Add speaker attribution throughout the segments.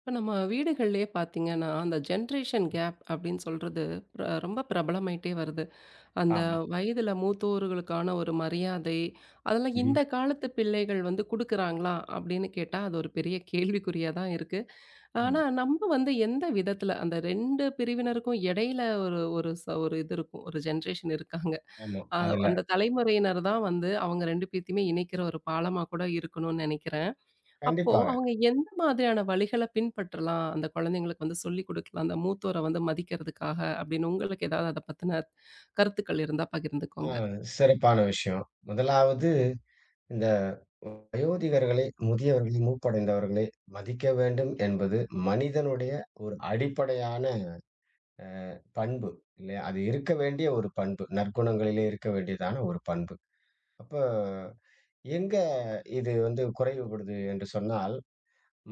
Speaker 1: இப்போ நம்ம வீடுகள்லேயே பார்த்தீங்கன்னா, அந்த ஜென்ரேஷன் கேப் அப்படின்னு சொல்றது ரொம்ப பிரபலமாயிட்டே வருது. அந்த
Speaker 2: ஆமா.
Speaker 1: வயதில மூத்தோர்களுக்கான ஒரு மரியாதை, அதெல்லாம்
Speaker 2: ம்ஹ்ம்.
Speaker 1: இந்த காலத்து பிள்ளைகள் வந்து குடுக்குறாங்களா? அப்படின்னு கேட்டா, அது ஒரு பெரிய கேள்விக்குறியா தான் இருக்கு.
Speaker 2: ஆமா,
Speaker 1: ஆனா, நம்ம வந்து எந்த விதத்தில அந்த 2 பிரிவினருக்கும் இடையில ஒரு ஒரு ச ஒரு இது இருக்கும். ஒரு ஜென்ரேஷன் இருக்காங்க.
Speaker 2: ஆமா.
Speaker 1: அ
Speaker 2: அதுல
Speaker 1: அந்த தலைமுறையினர் தான் வந்து அவங்க 2 பேத்தையுமே இணைக்கிற ஒரு பாலமா கூட இருக்கணும்னு நினைக்கிறேன். அப்போ
Speaker 2: கண்டிப்பாக.
Speaker 1: அவங்க எந்த மாதிரியான வழிகள பின்பற்றலாம்? அந்த குழந்தைங்களுக்கு வந்து சொல்லிக் குடுக்கலாம். அந்த மூத்தோர வந்து மதிக்கிறதுக்காக அப்படின்னு உங்களுக்கு ஏதாவது அத பத்தின கருத்துக்கள் இருந்தா
Speaker 2: ஆ
Speaker 1: பகிர்ந்துக்கோங்க.
Speaker 2: சிறப்பான விஷயம். முதலாவது இந்த வயோதிகர்களை, முதியவர்களை, மூப்படைந்தவர்களை மதிக்க வேண்டும் என்பது மனிதனுடைய ஒரு அடிப்படையான பண்பு. இல்லையா? அது இருக்க வேண்டிய ஒரு பண்பு. நற்குணங்களிலே இருக்க வேண்டியதான ஒரு பண்பு. அப்ப எங்க இது வந்து குறைவுபடுது என்று சொன்னால்,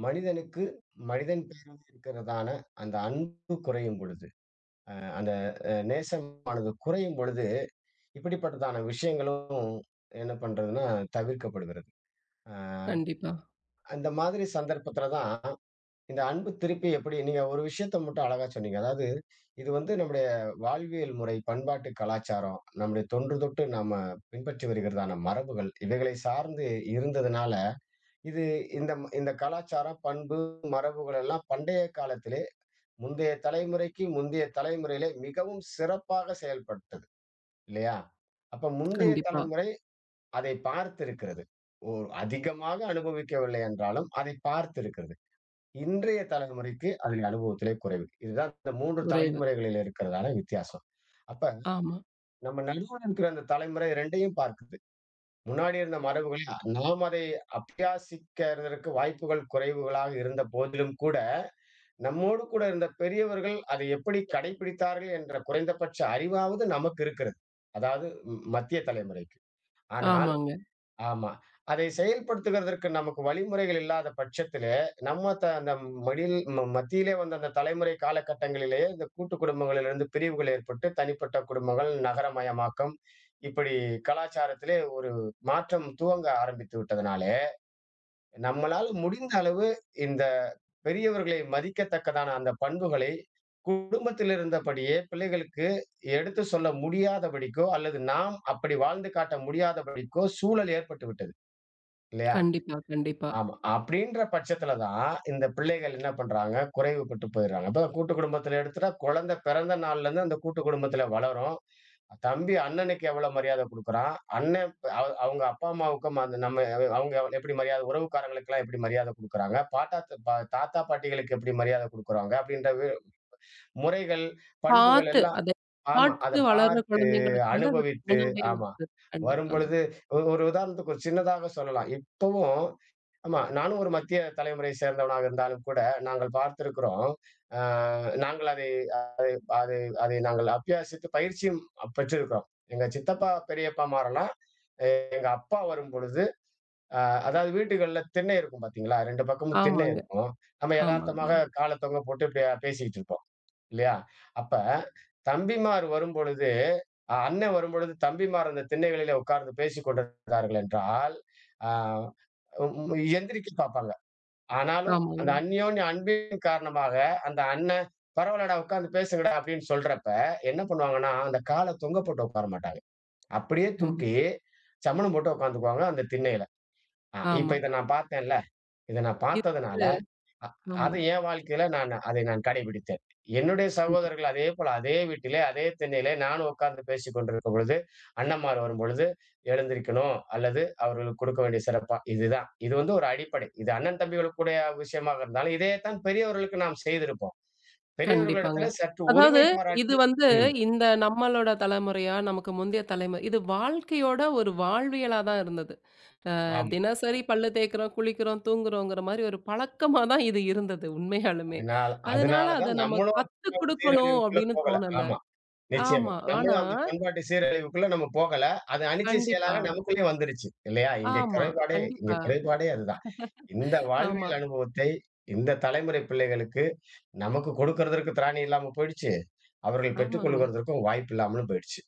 Speaker 2: மனிதனுக்கு மனிதன் பேரில் இருக்கிறதான அந்த அன்பு குறையும் பொழுது, அ அந்த நேசமானது குறையும் பொழுது இப்படிப்பட்டதான விஷயங்களும் என்ன பண்றதுன்னா தவிர்க்கப்படுகிறது. அ
Speaker 1: கண்டிப்பா,
Speaker 2: அந்த மாதிரி சந்தர்ப்பத்தில தான் இந்த அன்பு திருப்பி எப்படி நீங்க ஒரு விஷயத்த மட்டும் அழகா சொன்னீங்க. அதாவது இது வந்து நம்முடைய வாழ்வியல் முறை, பண்பாட்டு கலாச்சாரம், நம்முடைய தொன்று தொட்டு நாம பின்பற்றி வருகிறதான மரபுகள், இவைகளை சார்ந்து இருந்ததுனால, இது இந்த கலாச்சாரம், பண்பு, மரபுகள் எல்லாம் பண்டைய காலத்திலே, முந்தைய தலைமுறைக்கு முந்தைய தலைமுறையிலே மிகவும் சிறப்பாக செயல்பட்டது இல்லையா? அப்ப முந்தைய
Speaker 1: கண்டிப்பா.
Speaker 2: தலைமுறை அதை பார்த்திருக்கிறது. ஓர் அதிகமாக அனுபவிக்கவில்லை என்றாலும், அதை பார்த்திருக்கிறது. இன்றைய தலைமுறைக்கு அதில் அனுபவத்திலே குறைவு. இதுதான் இந்த 3
Speaker 1: குறைவு.
Speaker 2: தலைமுறைகளில் இருக்கிறதான வித்தியாசம். அப்ப
Speaker 1: ஆமா.
Speaker 2: நம்ம நடுவுல இருக்கிற அந்த தலைமுறை 2யும் பார்க்குது. முன்னாடி இருந்த மரபுகளை நாம் அதை அபியாசிக்கிறதற்கு வாய்ப்புகள் குறைவுகளாக இருந்த போதிலும் கூட, நம்மோடு கூட இருந்த பெரியவர்கள் அதை எப்படி கடைப்பிடித்தார்கள் என்ற குறைந்தபட்ச அறிவாவது நமக்கு இருக்கிறது. அதாவது மத்திய தலைமுறைக்கு. ஆனால்
Speaker 1: ஆமாங்க.
Speaker 2: ஆமா. அதை செயல்படுத்துகிறதற்கு நமக்கு வழிமுறைகள் இல்லாத பட்சத்திலே, நம்ம த அந்த மடில் மத்தியிலே வந்த அந்த தலைமுறை காலகட்டங்களிலேயே இந்த கூட்டு குடும்பங்களிலிருந்து பிரிவுகள் ஏற்பட்டு, தனிப்பட்ட குடும்பங்கள், நகரமயமாக்கம், இப்படி கலாச்சாரத்திலே ஒரு மாற்றம் துவங்க ஆரம்பித்து விட்டதனாலே, நம்மளால முடிந்த அளவு இந்த பெரியவர்களை மதிக்கத்தக்கதான அந்த பண்புகளை, குடும்பத்தில் இருந்தபடியே பிள்ளைகளுக்கு எடுத்துச் சொல்ல முடியாதபடிக்கோ, அல்லது நாம் அப்படி வாழ்ந்து காட்ட முடியாதபடிக்கோ சூழல் ஏற்பட்டு விட்டது. இல்லையா?
Speaker 1: கண்டிப்பா, கண்டிப்பா.
Speaker 2: ஆமா. அப்படின்ற பட்சத்துல தான், இந்த பிள்ளைகள் என்ன பண்றாங்க, குறைவுபட்டு போயிடுறாங்க. இப்ப கூட்டு குடும்பத்துல எடுத்துட்டா, குழந்தை பிறந்த நாள்லருந்து அந்த கூட்டு குடும்பத்துல வளரும். தம்பி அண்ணனுக்கு எவ்வளோ மரியாதை குடுக்குறான். அண்ணன் ப- அவ அவங்க அப்பா அம்மாவுக்கும் அந்த நம்ம அவங்க எப்படி மரியாதை உறவுக்காரங்களுக்கெல்லாம் எப்படி மரியாதை குடுக்குறாங்க. தாத்தா பாட்டிகளுக்கு எப்படி மரியாதை குடுக்குறாங்க அப்படின்ற முறைகள், பண்புகள்
Speaker 1: பாத்து
Speaker 2: எல்லாம்
Speaker 1: அதை
Speaker 2: ஆமா. அத
Speaker 1: பாத்து வளர்ற
Speaker 2: பார்த்து,
Speaker 1: குழந்தைங்களுக்கு வந்து அது
Speaker 2: அனுபவித்து
Speaker 1: தானாவே
Speaker 2: ஆமா.
Speaker 1: வருது. கண்டிப்பாங்க.
Speaker 2: வரும்பொழுது ஒரு உதாரணத்துக்கு ஒரு சின்னதாக சொல்லலாம். இப்பவும் ஆமா, நானும் ஒரு மத்திய தலைமுறையை சேர்ந்தவனாக இருந்தாலும் கூட, நாங்கள் பார்த்திருக்கிறோம். அ நாங்கள் அதை அதை அதை நாங்கள் அபியாசித்து பயிற்சியும் பெற்றிருக்கிறோம். எங்க சித்தப்பா, பெரியப்பாமாரெல்லாம், எங்க அப்பா வரும்பொழுது, அ அதாவது வீட்டுகள்ல திண்ணை இருக்கும் பார்த்தீங்களா? 2 பக்கமும் திண்ணை
Speaker 1: ஆமாங்க.
Speaker 2: இருக்கும். நம்ம
Speaker 1: ஆமா, ஆமா.
Speaker 2: எதார்த்தமாக கால தொங்க போட்டு இப்படி பேசிக்கிட்டு இருப்போம். இல்லையா? அப்ப தம்பிமார் வரும்பொழுது, அண்ணன் வரும்பொழுது தம்பிமார் அந்த திண்ணைகளிலே உட்கார்ந்து பேசிக் கொண்டிருந்தார்கள் என்றால், ஆ ம் எந்திரிக்க பார்ப்பாங்க. ஆனாலும்
Speaker 1: ஆமாங்க.
Speaker 2: அந்த அந்யோன்ய அன்பின் காரணமாக அந்த அண்ணன், "பரவால்லடா உட்கார்ந்து பேசுங்கடா" அப்படின்னு சொல்றப்ப, என்ன பண்ணுவாங்கன்னா, அந்த கால தொங்க போட்டு உட்கார மாட்டாங்க. அப்படியே தூக்கி
Speaker 1: கண்டிப்பா.
Speaker 2: சமணம் போட்டு உட்கார்ந்துக்குவாங்க அந்த திண்ணையில. இப்ப
Speaker 1: ஆமா.
Speaker 2: இத நான் பார்த்தேன்ல, இத நான்
Speaker 1: இ
Speaker 2: பார்த்ததுனால அ அது
Speaker 1: ஆமா.
Speaker 2: என் வாழ்க்கையில நான் கடைபிடித்தேன். என்னுடைய
Speaker 1: கண்டிப்பா.
Speaker 2: சகோதரர்கள் அதேபோல அதே வீட்டிலே, அதே திண்ணையிலே நானும் உட்கார்ந்து பேசிக் கொண்டிருக்கும் பொழுது, அண்ணன்மார் வரும்பொழுது எழுந்திருக்கணும் அல்லது அவர்களுக்கு கொடுக்க வேண்டிய சிறப்பா இதுதான். இது வந்து ஒரு அடிப்படை. இது அண்ணன் தம்பிகளுக்குடைய விஷயமாக இருந்தாலும், இதே தான் பெரியவர்களுக்கு நாம் செய்திருப்போம்.
Speaker 1: கண்டிப்பாங்க.
Speaker 2: பெரியவர்களிடத்திலே சற்று
Speaker 1: அதாவது
Speaker 2: உரிமை
Speaker 1: இது
Speaker 2: பாராட்டி
Speaker 1: வந்து
Speaker 2: ம்.
Speaker 1: இந்த நம்மளோட தலைமுறையா, நமக்கு முந்தைய தலைமுறை இது வாழ்க்கையோட ஒரு வாழ்வியலா தான் இருந்தது.
Speaker 2: ஆமா.
Speaker 1: தினசரி பல்லு தேய்க்கிறோம், குளிக்கிறோம், தூங்குறோங்கிற மாரி ஒரு பழக்கமா தான் இது இருந்தது உண்மையாலுமே.
Speaker 2: அதனால
Speaker 1: அதனால
Speaker 2: அதனால தான்
Speaker 1: அத நம்ம
Speaker 2: நம்மளும்
Speaker 1: கத்துக் குடுக்கணும்
Speaker 2: சீரழிவுக்குள்ள
Speaker 1: அப்படின்னு
Speaker 2: போகல.
Speaker 1: தோணல.
Speaker 2: ஆமா. நிச்சயமா.
Speaker 1: ஆமா. ஆனா
Speaker 2: நம்மளும் அந்த பண்பாட்டு சீரழிவுக்குள்ள நம்ம போகல. அது அனிச்சை
Speaker 1: கண்டிப்பா.
Speaker 2: செயலாக நமக்குள்ளயே வந்துருச்சு. இல்லையா?
Speaker 1: ஆமா.
Speaker 2: இங்கே
Speaker 1: கண்டிப்பா.
Speaker 2: குறைபாடே அதுதான். இந்த
Speaker 1: ஆமா.
Speaker 2: வாழ்வியல் அனுபவத்தை இந்த தலைமுறை பிள்ளைகளுக்கு நமக்கு கொடுக்கறதற்கு திராணி இல்லாம போயிடுச்சு. அவர்கள்
Speaker 1: ஆமாங்க.
Speaker 2: பெற்றுக்கொள்கிறதற்கும் வாய்ப்பு இல்லாமலும் போயிடுச்சு.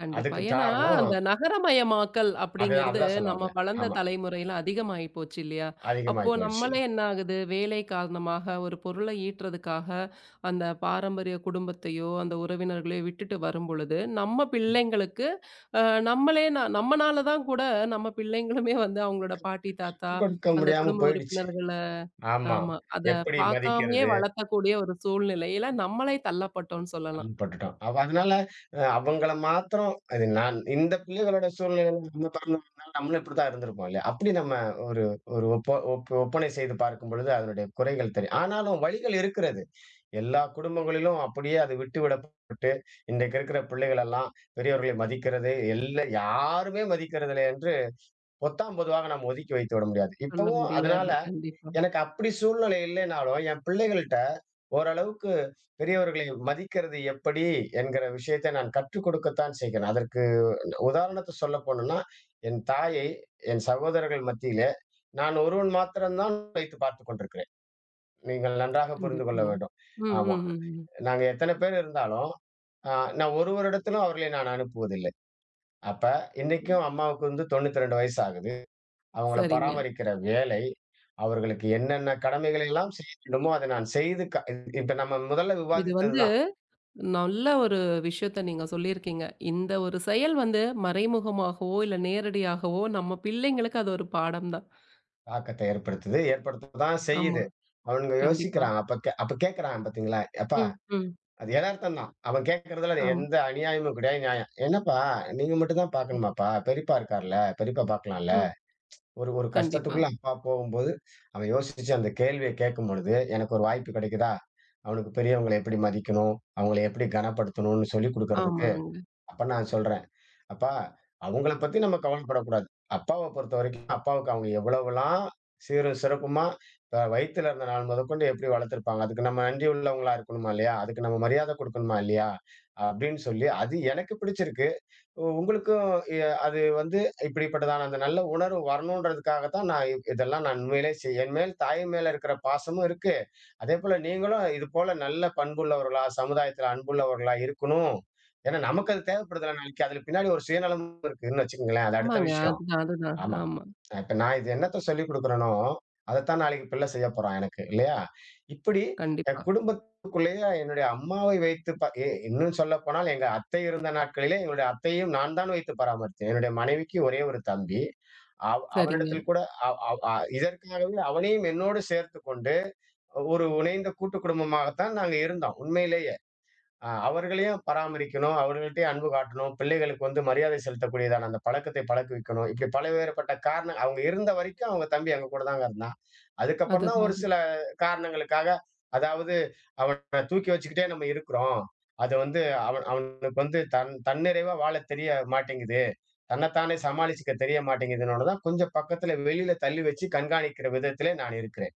Speaker 1: கண்டிப்பா.
Speaker 2: அதுக்கு
Speaker 1: ஏன்னா,
Speaker 2: காரணம்
Speaker 1: அந்த நகரமயமாக்கல்
Speaker 2: அதுதான்
Speaker 1: அப்படிங்கிறது
Speaker 2: அதுதான் சொல்ல
Speaker 1: நம்ம
Speaker 2: வந்தேன்.
Speaker 1: வளர்ந்த
Speaker 2: ஆமா.
Speaker 1: தலைமுறையில அதிகமாயி போச்சு இல்லையா? அப்போ
Speaker 2: அதிகமாகி போயிடுச்சு.
Speaker 1: நம்மளே என்ன ஆகுது, வேலை காரணமாக ஒரு பொருள ஈட்டுறதுக்காக, அந்த பாரம்பரிய குடும்பத்தையோ, அந்த உறவினர்களையோ விட்டுட்டு வரும்பொழுது, நம்ம பிள்ளைங்களுக்கு அ நம்மளே நம்மனால தான் கூட நம்ம பிள்ளைங்களுமே வந்து அவங்களோட பாட்டி, தாத்தா
Speaker 2: கொடுக்க
Speaker 1: அந்த
Speaker 2: முடியாம
Speaker 1: குடும்ப
Speaker 2: போயிடுச்சு.
Speaker 1: உறுப்பினர்கள
Speaker 2: ஆமா.
Speaker 1: ஆமா. அத
Speaker 2: எப்படி
Speaker 1: பார்க்காமயே
Speaker 2: மதிக்கிறது?
Speaker 1: வளர்த்தக்கூடிய ஒரு சூழ்நிலையில நம்மளே தள்ளப்பட்டோம்ன்னு சொல்லலாம்.
Speaker 2: பட்டுட்டோம். அப்ப அதனால அவங்கள மாத்திரம் அது நான் இந்த பிள்ளைகளோட சூழ்நிலையில நம்ம பிறந்து வளர்ந்ததுனால நம்மளும் இப்படித்தான் இருந்திருப்போம் இல்லையா? அப்படி நம்ம ஒரு ஒரு ஒப்ப ஒப் ஒப்பனை செய்து பார்க்கும் பொழுது அதனுடைய குறைகள் தெரியும். ஆனாலும் வழிகள் இருக்கிறது. எல்லா குடும்பங்களிலும் அப்படியே அது விட்டுவிடப்பட்டு, இன்றைக்கு இருக்கிற பிள்ளைகள் எல்லாம் பெரியவர்களை மதிக்கிறது, எல்லா யாருமே மதிக்கிறதில்லை என்று பொத்தாம் பொதுவாக நாம் ஒதுக்கி வைத்து விட முடியாது.
Speaker 1: சொல்ல
Speaker 2: இப்பவும் அதனால
Speaker 1: முடியாது. கண்டிப்பா.
Speaker 2: எனக்கு அப்படி சூழ்நிலை இல்லைனாலும் என் பிள்ளைகள்ட்ட ஓரளவுக்கு பெரியவர்களை மதிக்கிறது எப்படி என்கிற விஷயத்தை நான் கற்றுக் கொடுக்கத்தான் செய்கிறேன். அதற்கு உதாரணத்த சொல்லப் போணும்னா, என் தாயை என் சகோதரர்கள் மத்தியிலே நான் ஒருவன் மாத்திரம் தான் வைத்து பார்த்துக் கொண்டிருக்கிறேன். நீங்கள் நன்றாக புரிந்து கொள்ள
Speaker 1: கண்டிப்பாங்க.
Speaker 2: வேண்டும்.
Speaker 1: ம்,
Speaker 2: ஆமா.
Speaker 1: ம், ம், ம்.
Speaker 2: நாங்க எத்தன பேர் இருந்தாலும், அ நான் ஒருவரிடத்திலும் அவர்களை நான் அனுப்புவதில்லை. அப்ப
Speaker 1: ம்.
Speaker 2: இன்னைக்கும் அம்மாவுக்கு வந்து 92 வயசு ஆகுது. அவங்கள
Speaker 1: சரிங்க.
Speaker 2: பராமரிக்கிற வேலை, அவர்களுக்கு என்னென்ன கடமைகளை எல்லாம் செய்ய வேண்டுமோ, அதை நான் செய்து இப்ப நம்ம முதல்ல
Speaker 1: இது வந்து
Speaker 2: விவாதித்ததுதான்.
Speaker 1: நல்ல ஒரு விஷயத்த நீங்க சொல்லியிருக்கீங்க. இந்த ஒரு செயல் வந்து மறைமுகமாகவோ, இல்ல நேரடியாகவோ நம்ம பிள்ளைங்களுக்கு அது ஒரு பாடம் தான்.
Speaker 2: தாக்கத்த ஏற்படுத்துது. ஏற்படுத்த தான்
Speaker 1: ஆமா.
Speaker 2: செய்யுது. அவனுங்க
Speaker 1: கண்டிப்பா.
Speaker 2: யோசிக்கிறான். அப்ப கேட்கிறான் பார்த்தீங்களா? "எப்பா".
Speaker 1: ம், ம்.
Speaker 2: அது எதார்த்தம் தான். அவன் கேட்கிறதுல
Speaker 1: ஆமா.
Speaker 2: எந்த அநியாயமும் கிடையாது, நியாயம். "என்னப்பா நீங்க மட்டும் தான் பார்க்கணுமாப்பா? பெரியப்பா இருக்கார்ல, பெரியப்பா பார்க்கலாம்ல?"
Speaker 1: ம்.
Speaker 2: ஒரு ஒரு
Speaker 1: கண்டிப்பா.
Speaker 2: கஷ்டத்துக்குள்ள அப்பா போகும்போது, அவன் யோசிச்சு அந்த கேள்விய கேட்கும்பொழுது, எனக்கு ஒரு வாய்ப்பு கிடைக்குதா? அவனுக்கு பெரியவங்கள எப்படி மதிக்கணும்? அவங்கள எப்படி கனப்படுத்தணும்னு சொல்லிக் குடுக்கறதுக்கு
Speaker 1: ஆமாங்க.
Speaker 2: அப்ப நான் சொல்றேன், "அப்பா, அவங்கள பத்தி நம்ம கவலைப்படக்கூடாது. அப்பாவ பொறுத்தவரைக்கும், அப்பாவுக்கு அவங்க எவ்வளவெல்லாம் சீரும் சிறப்புமா வயித்துல இருந்த நாள் முதற்கொண்டு எப்படி வளர்த்துருப்பாங்க, அதுக்கு நம்ம நன்றி உள்ளவங்களா இருக்கணுமா இல்லையா? அதுக்கு நம்ம மரியாதை குடுக்கணுமா இல்லையா?" அப்படின்னு சொல்லி, அது எனக்கு பிடிச்சிருக்கு. உங்களுக்கும் எ அது வந்து இப்படிப்பட்டதான அந்த நல்ல உணர்வு வரணுன்றதுக்காக தான் நான் இதெல்லாம் நான் உண்மையிலே என் மேல் தாய் மேல இருக்கிற பாசமும் இருக்கு. அதேபோல நீங்களும் இது போல நல்ல பண்புள்ளவர்களா, சமுதாயத்துல அன்புள்ளவர்களா இருக்கணும். ஏன்னா நமக்கு அது தேவைப்படுதுல்ல நாளைக்கு. அதுல பின்னாடி ஒரு சுயநலம் இருக்குன்னு வச்சுக்கங்களேன். அது அடுத்த
Speaker 1: ஆமாங்க.
Speaker 2: விஷயம்.
Speaker 1: அதுதான், அதுதான்.
Speaker 2: ஆமா.
Speaker 1: ஆமா.
Speaker 2: இப்ப நான் இது என்னத்த சொல்லிக் குடுக்குறேனோ, அதத்தான் நாளைக்கு பிள்ளை செய்யப் போறான் எனக்கு இல்லையா? இப்படி என்
Speaker 1: கண்டிப்பா.
Speaker 2: குடும்பத்துக்குள்ளேயே என்னுடைய அம்மாவை வைத்து ப எ இன்னும் சொல்லப்போனால் எங்க அத்தை இருந்த நாட்களிலே எங்களுடைய அத்தையும் நான் தான் வைத்து பராமரித்தேன். என்னுடைய மனைவிக்கு ஒரே ஒரு தம்பி. அவ்
Speaker 1: சரிங்க.
Speaker 2: அவனிடத்தில் கூட அவ் அவ் அ இதற்காகவே அவனையும் என்னோடு சேர்த்துக் கொண்டு ஒரு இணைந்த கூட்டு குடும்பமாகத்தான் நாங்க இருந்தோம். உண்மையிலேயே. அவர்களையும் பராமரிக்கணும், அவர்கள்ட்டயும் அன்பு காட்டணும், பிள்ளைகளுக்கு வந்து மரியாதை செலுத்தக்கூடியதான அந்த பழக்கத்தை பழக்குவிக்கணும். இப்படி பலவேறுபட்ட காரணம் அவங்க இருந்த வரைக்கும் அவங்க தம்பி எங்க கூட தாங்க இருந்தான். அதுக்கப்புறம் தான்
Speaker 1: அதுதான்
Speaker 2: ஒரு
Speaker 1: அது.
Speaker 2: சில காரணங்களுக்காக, அதாவது அவன தூக்கி வச்சுக்கிட்டே நம்ம இருக்கிறோம். அது வந்து அவன் அவனுக்கு வந்து தன்னிறைவா வாழத் தெரிய மாட்டேங்குது. தன்னைத்தானே சமாளிச்சுக்க தெரிய மாட்டேங்குதுன்னோன தான் கொஞ்சம் பக்கத்துல வெளியில தள்ளி வச்சு கண்காணிக்கிற விதத்திலே நான் இருக்கிறேன்.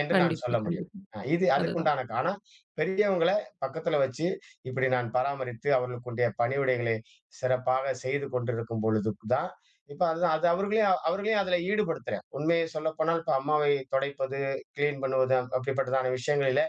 Speaker 2: என்று நான்
Speaker 1: கண்டிப்பா,
Speaker 2: சொல்ல முடியும்.
Speaker 1: கண்டிப்பா.
Speaker 2: இது
Speaker 1: அதுதான்.
Speaker 2: அதுக்குண்டான ஆனா பெரியவங்கள பக்கத்துல வச்சு, இப்படி நான் பராமரித்து அவர்களுக்குண்டிய பணிவிடைகளை சிறப்பாக செய்து கொண்டிருக்கும் பொழுதுக்கு தான் இப்ப அதுதான் அது அவர்களையும் அவர்களையும் அதுல ஈடுபடுத்துறேன். உண்மையை சொல்லப்போனால் இப்ப அம்மாவை தொடைப்பது, கிளீன் பண்ணுவது அப்படிப்பட்டதான விஷயங்களில,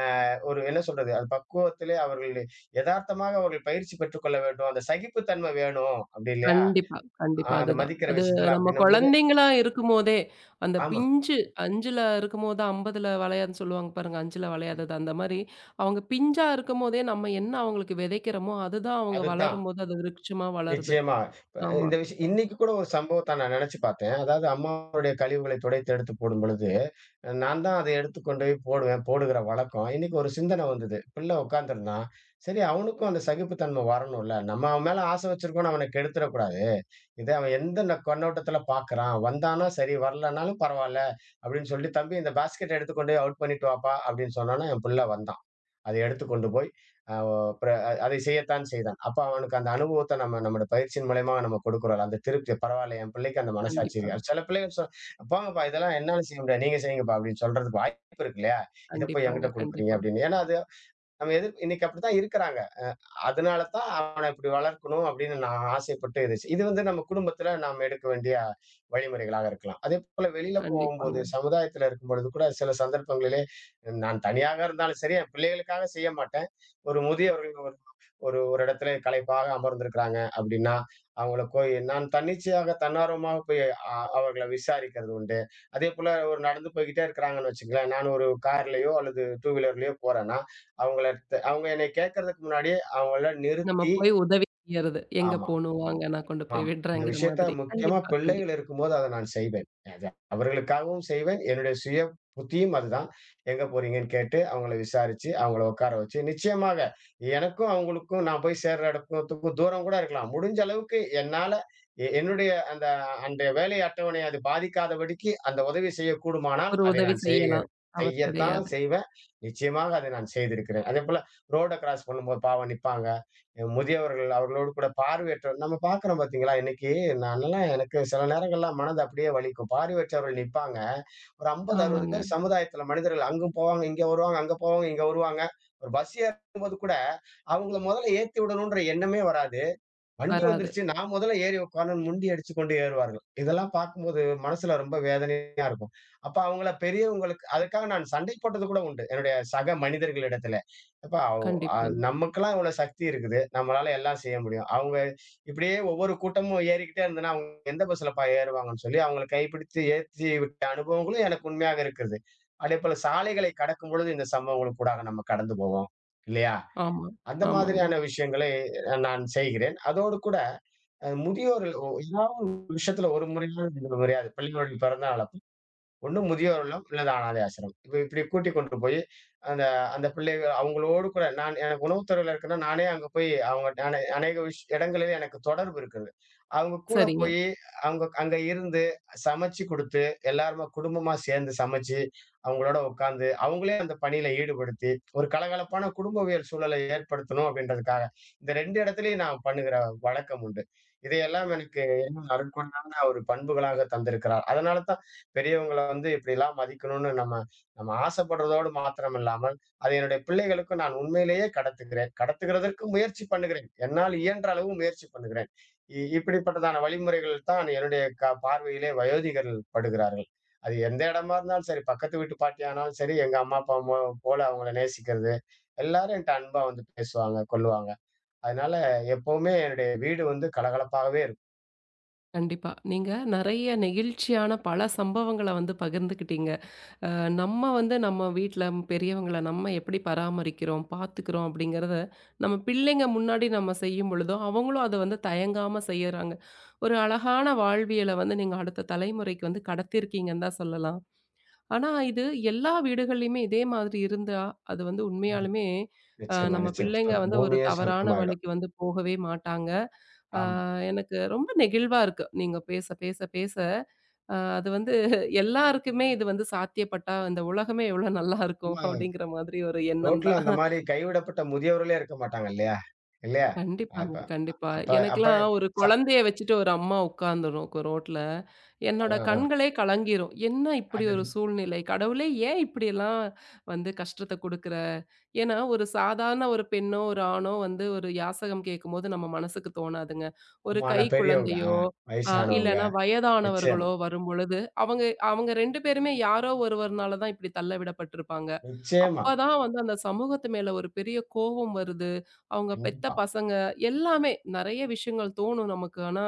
Speaker 2: அ ஒரு என்ன சொல்றது? அது பக்குவத்திலே அவர்கள் எதார்த்தமாக அவர்கள் பயிற்சி பெற்றுக்கொள்ள வேண்டும். அந்த சகிப்புத்தன்மை வேணும் அப்படி இல்லையா?
Speaker 1: கண்டிப்பா, கண்டிப்பா.
Speaker 2: அந்த
Speaker 1: அதுதான்.
Speaker 2: மதிக்கிற
Speaker 1: அது
Speaker 2: விஷயத்துல
Speaker 1: நம்ம
Speaker 2: அப்படின்னும்போது
Speaker 1: குழந்தைங்களா இருக்கும்போதே, அந்த
Speaker 2: ஆமா.
Speaker 1: பிஞ்சு 5ல இருக்கும்போது 50ல வளையாதுன்னு சொல்லுவாங்க பாருங்க. 5ல வளையாதது அந்த மாரி, அவங்க பிஞ்சா இருக்கும்போதே நம்ம என்ன அவங்களுக்கு விதைக்கிறோமோ, அதுதான் அவங்க
Speaker 2: அதுதான்.
Speaker 1: வளரும்போது அது விருட்சமா வளருது.
Speaker 2: நிச்சயமா. இப்ப
Speaker 1: ஆமா.
Speaker 2: இந்த விஷயம் இன்னைக்கு கூட ஒரு சம்பவத்த நான் நினைச்சு பார்த்தேன். அதாவது அம்மாவுடைய கழிவுகளை துடைத்து எடுத்து போடும்பொழுது, நான் தான் அதை எடுத்து கொண்டு போய் போடுவேன், போடுகிற வழக்கம். இன்னைக்கு ஒரு சிந்தனை வந்தது. பிள்ளை உட்கார்ந்திருந்தான். சரி அவனுக்கும் அந்த சகிப்புத்தன்மை வரணும்ல. நம்ம அவன் மேல ஆசை வச்சிருக்கோம்னு அவன கெடுத்துறக்கூடாது. இத அவன் எந்த கண்ணோட்டத்துல பார்க்கிறான். வந்தான்னா சரி, வரலனாலும் பரவால்ல அப்படின்னு சொல்லி, "தம்பி இந்த பாஸ்கெட்ட எடுத்து கொண்டு போய் அவுட் பண்ணிட்டு வாப்பா" அப்படின்னு சொன்னோனே, என் பிள்ளை வந்தான். அதை எடுத்துக் கொண்டு போய் அ ஒ பிற அ அதை செய்யத்தான் செய்தான். அப்ப அவனுக்கு அந்த அனுபவத்த நம்முடைய பயிற்சியின் மூலியமா நம்ம கொடுக்கிறோம்ல, அந்த திருப்தி பரவாயில்ல என் பிள்ளைக்கு அந்த மனசாட்சி
Speaker 1: கண்டிப்பா.
Speaker 2: இருக்கு. அது சில பிள்ளைகள் போங்கப்பா இதெல்லாம் என்னால செய்ய முடியாது. நீங்க செய்யுங்கப்பா அப்படின்னு சொல்றதுக்கு வாய்ப்பு இருக்கு இல்லையா? இத போய்
Speaker 1: கண்டிப்பாங்க.
Speaker 2: என்கிட்ட குடுக்குறீங்க
Speaker 1: கண்டிப்பா.
Speaker 2: அப்படின்னு. ஏன்னா அது நம்ம எதிர் இன்னைக்கு அப்படித்தான் இருக்கிறாங்க. அதனால தான் அவன இப்படி வளர்க்கணும் அப்படின்னு நான் ஆசைப்பட்டு இருந்துச்சு. இது வந்து நம்ம குடும்பத்துல நாம் எடுக்க வேண்டிய வழிமுறைகளாக இருக்கலாம். அதேபோல வெளியில போகும்போது,
Speaker 1: கண்டிப்பாங்க.
Speaker 2: சமுதாயத்துல இருக்கும்பொழுது கூட சில சந்தர்ப்பங்களிலே நான் தனியாக இருந்தாலும் சரி, என் பிள்ளைகளுக்காக செய்ய மாட்டேன். ஒரு முதியவர்கள் ஒரு ஒரு ஒரு இடத்துல களைப்பாக அமர்ந்திருக்கிறாங்க அப்படின்னா, அவங்கள போய் நான் தன்னிச்சையாக தன்னார்வமாக போய் அவர்கள விசாரிக்கிறது உண்டு. அதேபோல ஒரு நடந்து போய்க்கிட்டே இருக்கிறாங்கன்னு வச்சுக்கங்களேன், நான் ஒரு கார்லயோ அல்லது டூ வீலர்லயோ போறேன்னா, அவங்க என்னைய கேட்கறதுக்கு முன்னாடியே அவங்கள
Speaker 1: நம்ம
Speaker 2: நிறுத்தி
Speaker 1: போய் உதவி செய்யறது. எங்க
Speaker 2: ஆமா.
Speaker 1: போணும் வாங்க நான் கொண்டு போய்
Speaker 2: ஆமா. இந்த
Speaker 1: விடுறேங்கிற
Speaker 2: விஷயத்த
Speaker 1: மாதிரி.
Speaker 2: முக்கியமா
Speaker 1: கண்டிப்பா,
Speaker 2: பிள்ளைகள்
Speaker 1: கண்டிப்பா.
Speaker 2: இருக்கும்போது அத நான் செய்வேன். அது அவர்களுக்காகவும் செய்வேன். என்னுடைய சுய புத்தியும் அதுதான். எங்க போறீங்கன்னு கேட்டு, அவங்கள விசாரிச்சு, அவங்கள உட்கார வச்சு, நிச்சயமாக எனக்கும் அவங்களுக்கும் நான் போய் சேர்ற இடத்துக்கும் தூரம் கூட இருக்கலாம். முடிஞ்ச அளவுக்கு என்னால என்னுடைய அந்த அன்றைய வேலை அட்டவணைய அது பாதிக்காதபடிக்கு அந்த உதவி செய்யக்கூடுமானால்,
Speaker 1: ஒரு
Speaker 2: அதை
Speaker 1: உதவி
Speaker 2: நான் செய்கிறேன்.
Speaker 1: செய்யலாம். தவறு
Speaker 2: செய்யத்தான்
Speaker 1: கிடையாது.
Speaker 2: செய்வேன். நிச்சயமாக அதை நான் செய்திருக்கிறேன். அதேபோல ரோட கிராஸ் பண்ணும்போது பாவம் நிப்பாங்க. முதியவர்கள் அவர்களோடு கூட பார்வையற்றவர் நம்ம பார்க்கிறோம் பார்த்தீங்களா? இன்னைக்கு நானெல்லாம் எனக்கு சில நேரங்கள்லாம் மனது அப்படியே வலிக்கும். பார்வையற்றவர்கள் நிப்பாங்க. ஒரு 50, 60
Speaker 1: ஆமாங்க.
Speaker 2: பேர் சமுதாயத்தில மனிதர்கள் அங்கும் போவாங்க, இங்க வருவாங்க, அங்க போவாங்க, இங்க வருவாங்க. ஒரு பஸ் ஏறும்போது கூட, அவங்கள முதல்ல ஏத்தி விடணுன்ற எண்ணமே வராது. வண்டி
Speaker 1: வராது.
Speaker 2: வந்துருச்சு. நான் முதல்ல ஏறி உட்கார்ந்தேன். முண்டி அடிச்சுக்கொண்டு ஏறுவார்கள். இதெல்லாம் பார்க்கும்போது மனசுல ரொம்ப வேதனையா இருக்கும். அப்ப அவங்கள பெரியவங்களுக்கு அதுக்காக நான் சண்டை போட்டது கூட உண்டு. என்னுடைய சக மனிதர்களிடத்தில. "எப்பா அவ் அ
Speaker 1: கண்டிப்பாங்க.
Speaker 2: நமக்கெல்லாம் இவ்வளோ சக்தி இருக்குது. நம்மளால எல்லாம் செய்ய முடியும். அவங்க இப்படியே ஒவ்வொரு கூட்டமும் ஏறிக்கிட்டே இருந்ததுன்னா, அவங்க எந்த பஸ்லப்பா ஏறுவாங்கன்னு?" சொல்லி அவங்கள கைப்பிடித்து ஏற்றி விட்ட அனுபவங்களும் எனக்கு உண்மையாக இருக்கிறது. அதேபோல சாலைகளை கடக்கும்பொழுது இந்த சம்பவங்களுக்கு கூடாக நம்ம கடந்து போவோம். இல்லையா?
Speaker 1: ஆமா.
Speaker 2: அந்த
Speaker 1: ஆமாங்க.
Speaker 2: மாதிரியான விஷயங்களை நான் செய்கிறேன். அதோடு கூட முதியோர்கள் ஏதாவது ஒரு விஷயத்துல ஒரு முறையாவது இந்த முறையாவது பள்ளிக்கூடம் திறந்தா அவள ஒண்ணு முதியோர் இல்லம், இல்லது அனாதை ஆசிரமம். இப்ப இப்படி கூட்டிக் கொண்டு போய், அந்த அந்த பிள்ளைகள் அவங்களோடு கூட நான் எனக்கு உணவு துறையில இருக்குன்னா, நானே அங்க போய் அவங்க நானே அநேக இடங்களில் எனக்கு தொடர்பு இருக்குது. அவங்க கூட
Speaker 1: சரிங்க.
Speaker 2: போயி, அவங்க அங்க இருந்து சமைச்சு குடுத்து, எல்லாருமா குடும்பமா சேர்ந்து சமைச்சு, அவங்களோட உட்கார்ந்து, அவங்களே அந்த பணியில ஈடுபடுத்தி, ஒரு கலகலப்பான குடும்பவியல் சூழலை ஏற்படுத்தணும் அப்படின்றதுக்காக, இந்த 2 இடத்துலயும் நான் பண்ணுகிற வழக்கம் உண்டு. இதையெல்லாம் எனக்கு இன்னும் அருட்கொண்டான ஒரு பண்புகளாக தந்திருக்கிறார். அதனால தான் பெரியவங்கள வந்து இப்படிலாம் மதிக்கணும்னு நம்ம நம்ம ஆசைப்படுறதோடு மாத்திரம் இல்லாமல், அதை என்னுடைய பிள்ளைகளுக்கும் நான் உண்மையிலேயே கடத்துகிறேன். கடத்துகிறதற்கு முயற்சி பண்ணுகிறேன். என்னால் இயன்ற அளவு முயற்சி பண்ணுகிறேன். இப்படிப்பட்டதான வழிமுறைகள் தான் என்னுடைய பார்வையிலே வயோதிகர்கள் படுகிறார்கள். அது எந்த இடமா இருந்தாலும் சரி, பக்கத்து வீட்டு பாட்டியானாலும் சரி, எங்க அம்மா, அப்பா போல அவங்கள நேசிக்கிறது. எல்லாரும் என்ட்ட அன்பா வந்து பேசுவாங்க, கொள்ளுவாங்க. அதனால எப்பவுமே என்னுடைய வீடு வந்து கலகலப்பாகவே இருக்கும்.
Speaker 1: கண்டிப்பா. நீங்க நெறைய நெகிழ்ச்சியான பல சம்பவங்கள வந்து பகிர்ந்துக்கிட்டீங்க. அ நம்ம வந்து நம்ம வீட்ல பெரியவங்கள நம்ம எப்படி பராமரிக்கிறோம், பார்த்துக்கிறோம் அப்படிங்கிறத நம்ம பிள்ளைங்க முன்னாடி நம்ம செய்யும் பொழுதோ, அவங்களும் அத வந்து தயங்காம செய்யறாங்க. ஒரு அழகான வாழ்வியல வந்து நீங்க அடுத்த தலைமுறைக்கு வந்து கடத்தியிருக்கீங்கன்னு தான் சொல்லலாம். ஆனா, இது எல்லா வீடுகள்லயுமே இதே மாதிரி இருந்தா, அது வந்து உண்மையாலுமே
Speaker 2: நிச்சயமா,
Speaker 1: நம்ம
Speaker 2: நிச்சயம்.
Speaker 1: பிள்ளைங்க வந்து ஒரு
Speaker 2: பூமியே
Speaker 1: தவறான
Speaker 2: சொர்க்கமாயிடும்.
Speaker 1: வழிக்கு வந்து போகவே மாட்டாங்க. அ
Speaker 2: ஆமா.
Speaker 1: எனக்கு ரொம்ப நெகிழ்வா இருக்கு. நீங்க பேச, பேச, பேச அது வந்து எல்லாருக்குமே இது வந்து சாத்தியப்பட்டா, இந்த உலகமே எவ்வளோ நல்லா இருக்கும்!
Speaker 2: ஆமா.
Speaker 1: அப்படிங்கிற மாதிரி ஒரு எண்ணம்
Speaker 2: ரோட்ல
Speaker 1: தான்.
Speaker 2: அந்த மாரி கைவிடப்பட்ட முதியவர்களே இருக்க மாட்டாங்க இல்லையா? இல்லையா?
Speaker 1: கண்டிப்பாங்க,
Speaker 2: அப்ப
Speaker 1: கண்டிப்பா.
Speaker 2: அப்ப அப்ப
Speaker 1: எனக்கெல்லாம் ஒரு
Speaker 2: ச
Speaker 1: குழந்தைய வச்சுட்டு ஒரு அம்மா உட்காந்துரும் ரோட்ல.
Speaker 2: அ,
Speaker 1: என்னோட
Speaker 2: அ.
Speaker 1: கண்களே கலங்கிரும். என்ன இப்படி
Speaker 2: அது
Speaker 1: ஒரு சூழ்நிலை? கடவுளே ஏன் இப்படியெல்லாம் வந்து கஷ்டத்த குடுக்குற? ஏன்னா, ஒரு சாதாரண ஒரு பெண்ணோ, ஒரு ஆணோ வந்து ஒரு யாசகம் கேட்கும்போது நம்ம மனசுக்கு தோணாதுங்க. ஒரு கை
Speaker 2: ஆமான பெரியவங்க.
Speaker 1: குழந்தையோ,
Speaker 2: வயசானவங்க.
Speaker 1: இல்லன்னா
Speaker 2: நிச்சயமா,
Speaker 1: வயதானவர்களோ வரும்பொழுது, அவங்க அவங்க 2 பேருமே யாரோ ஒருவர்னால தான் இப்படி தள்ள விடப்பட்டிருப்பாங்க.
Speaker 2: நிச்சயமா.
Speaker 1: அப்பதான் வந்து அந்த சமூகத்து மேல ஒரு பெரிய கோபம் வருது. அவங்க பெத்த
Speaker 2: கண்டிப்பா.
Speaker 1: பசங்க எல்லாமே நெறைய விஷயங்கள் தோணும் நமக்கு. ஆனா,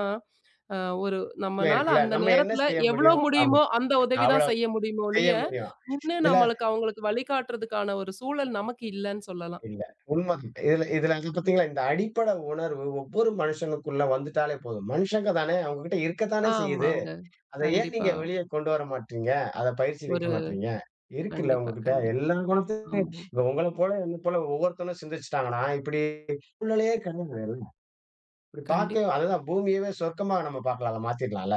Speaker 1: அ ஒரு
Speaker 2: சுமை
Speaker 1: நம்மனால
Speaker 2: இருக்குல்ல.
Speaker 1: அந்த
Speaker 2: நம்ம என்ன
Speaker 1: நேரத்துல
Speaker 2: செய்ய
Speaker 1: எவ்ளோ
Speaker 2: முடியும்? ஆமா.
Speaker 1: முடியுமோ அந்த உதவி
Speaker 2: அவ்வளவு
Speaker 1: தான் செய்ய முடியுமோ
Speaker 2: செய்ய
Speaker 1: ஒழிய,
Speaker 2: முடியும்.
Speaker 1: நின்னு
Speaker 2: இதுல
Speaker 1: நம்மளுக்கு அவங்களுக்கு வழிகாட்டுறதுக்கான ஒரு சூழல் நமக்கு இல்லன்னு சொல்லலாம்.
Speaker 2: இல்ல. உண்மதான். இதுல இதுல அது பார்த்தீங்களா, இந்த அடிப்படை உணர்வு ஒவ்வொரு மனுஷனுக்குள்ள வந்துட்டாலே போதும். மனுஷங்க தானே! அவங்ககிட்ட இருக்கத்தானே செய்யுது.
Speaker 1: ஆமாங்க.
Speaker 2: அத ஏன்
Speaker 1: கண்டிப்பா.
Speaker 2: நீங்க வெளிய கொண்டு வர மாட்றீங்க? அத
Speaker 1: ஒரு
Speaker 2: பயிற்சிவிக்க மாட்றீங்க? இருக்குல்ல
Speaker 1: கண்டிப்பா,
Speaker 2: உங்ககிட்ட.
Speaker 1: கண்டிப்பா.
Speaker 2: எல்லா குணத்தையும்
Speaker 1: ஆமா.
Speaker 2: இப்ப உங்கள போல, என்ன போல ஒவ்வொருத்தனும் சிந்திச்சுட்டாங்கன்னா, இப்படி சூழ்நிலையே கிடையாது. இப்படி பாக்க
Speaker 1: கண்டிப்
Speaker 2: அதுதான் பூமியவே சொர்க்கமா நம்ம பாக்கலாம். அத மாத்திடலாம்ல.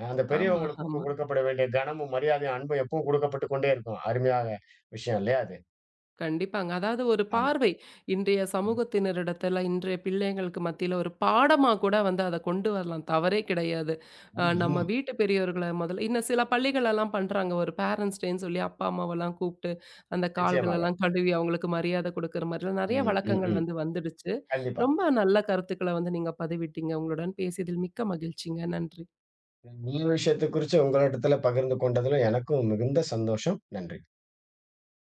Speaker 2: அந்த
Speaker 1: ஆமா,
Speaker 2: பெரியவங்களுக்கு
Speaker 1: ஆமா.
Speaker 2: குடுக்கப்பட வேண்டிய கனமும், மரியாதையும், அன்பும் எப்பவும் குடுக்கப்பட்டு கொண்டே இருக்கும். அருமையான விஷயம் இல்லையா அது?
Speaker 1: கண்டிப்பாங்க. அதாவது ஒரு
Speaker 2: ஆமா.
Speaker 1: பார்வை. இன்றைய
Speaker 2: ம்.
Speaker 1: சமூகத்தினரிடத்துல, இன்றைய பிள்ளைங்களுக்கு மத்தியில ஒரு பாடமா கூட வந்து அத கொண்டு வரலாம். தவறே கிடையாது.
Speaker 2: ஆமா.
Speaker 1: நம்ம வீட்டு பெரியவர்கள முதல்ல இன்னும் சில பள்ளிகள்லாம் பண்றாங்க. ஒரு பேரண்ட்ஸ் டேன்னு சொல்லி அப்பா, அம்மாவெல்லாம் கூப்ட்டு, அந்த
Speaker 2: நிச்சயமாக.
Speaker 1: கால்களெல்லாம் கழுவி அவங்களுக்கு மரியாதை குடுக்குற மாரிலாம் நெறைய
Speaker 2: ம், ம்,
Speaker 1: வழக்கங்கள்
Speaker 2: ம்.
Speaker 1: வந்து வந்துடுச்சு.
Speaker 2: கண்டிப்பா.
Speaker 1: ரொம்ப நல்ல கருத்துக்கள வந்து நீங்க பதிவிட்டீங்க. உங்களுடன் பேசியதில் மிக்க மகிழ்ச்சிங்க. நன்றி.
Speaker 2: நல்ல விஷயத்த குறிச்சு உங்களிடத்துல பகிர்ந்து கொண்டதுல எனக்கும் மிகுந்த சந்தோஷம். நன்றி.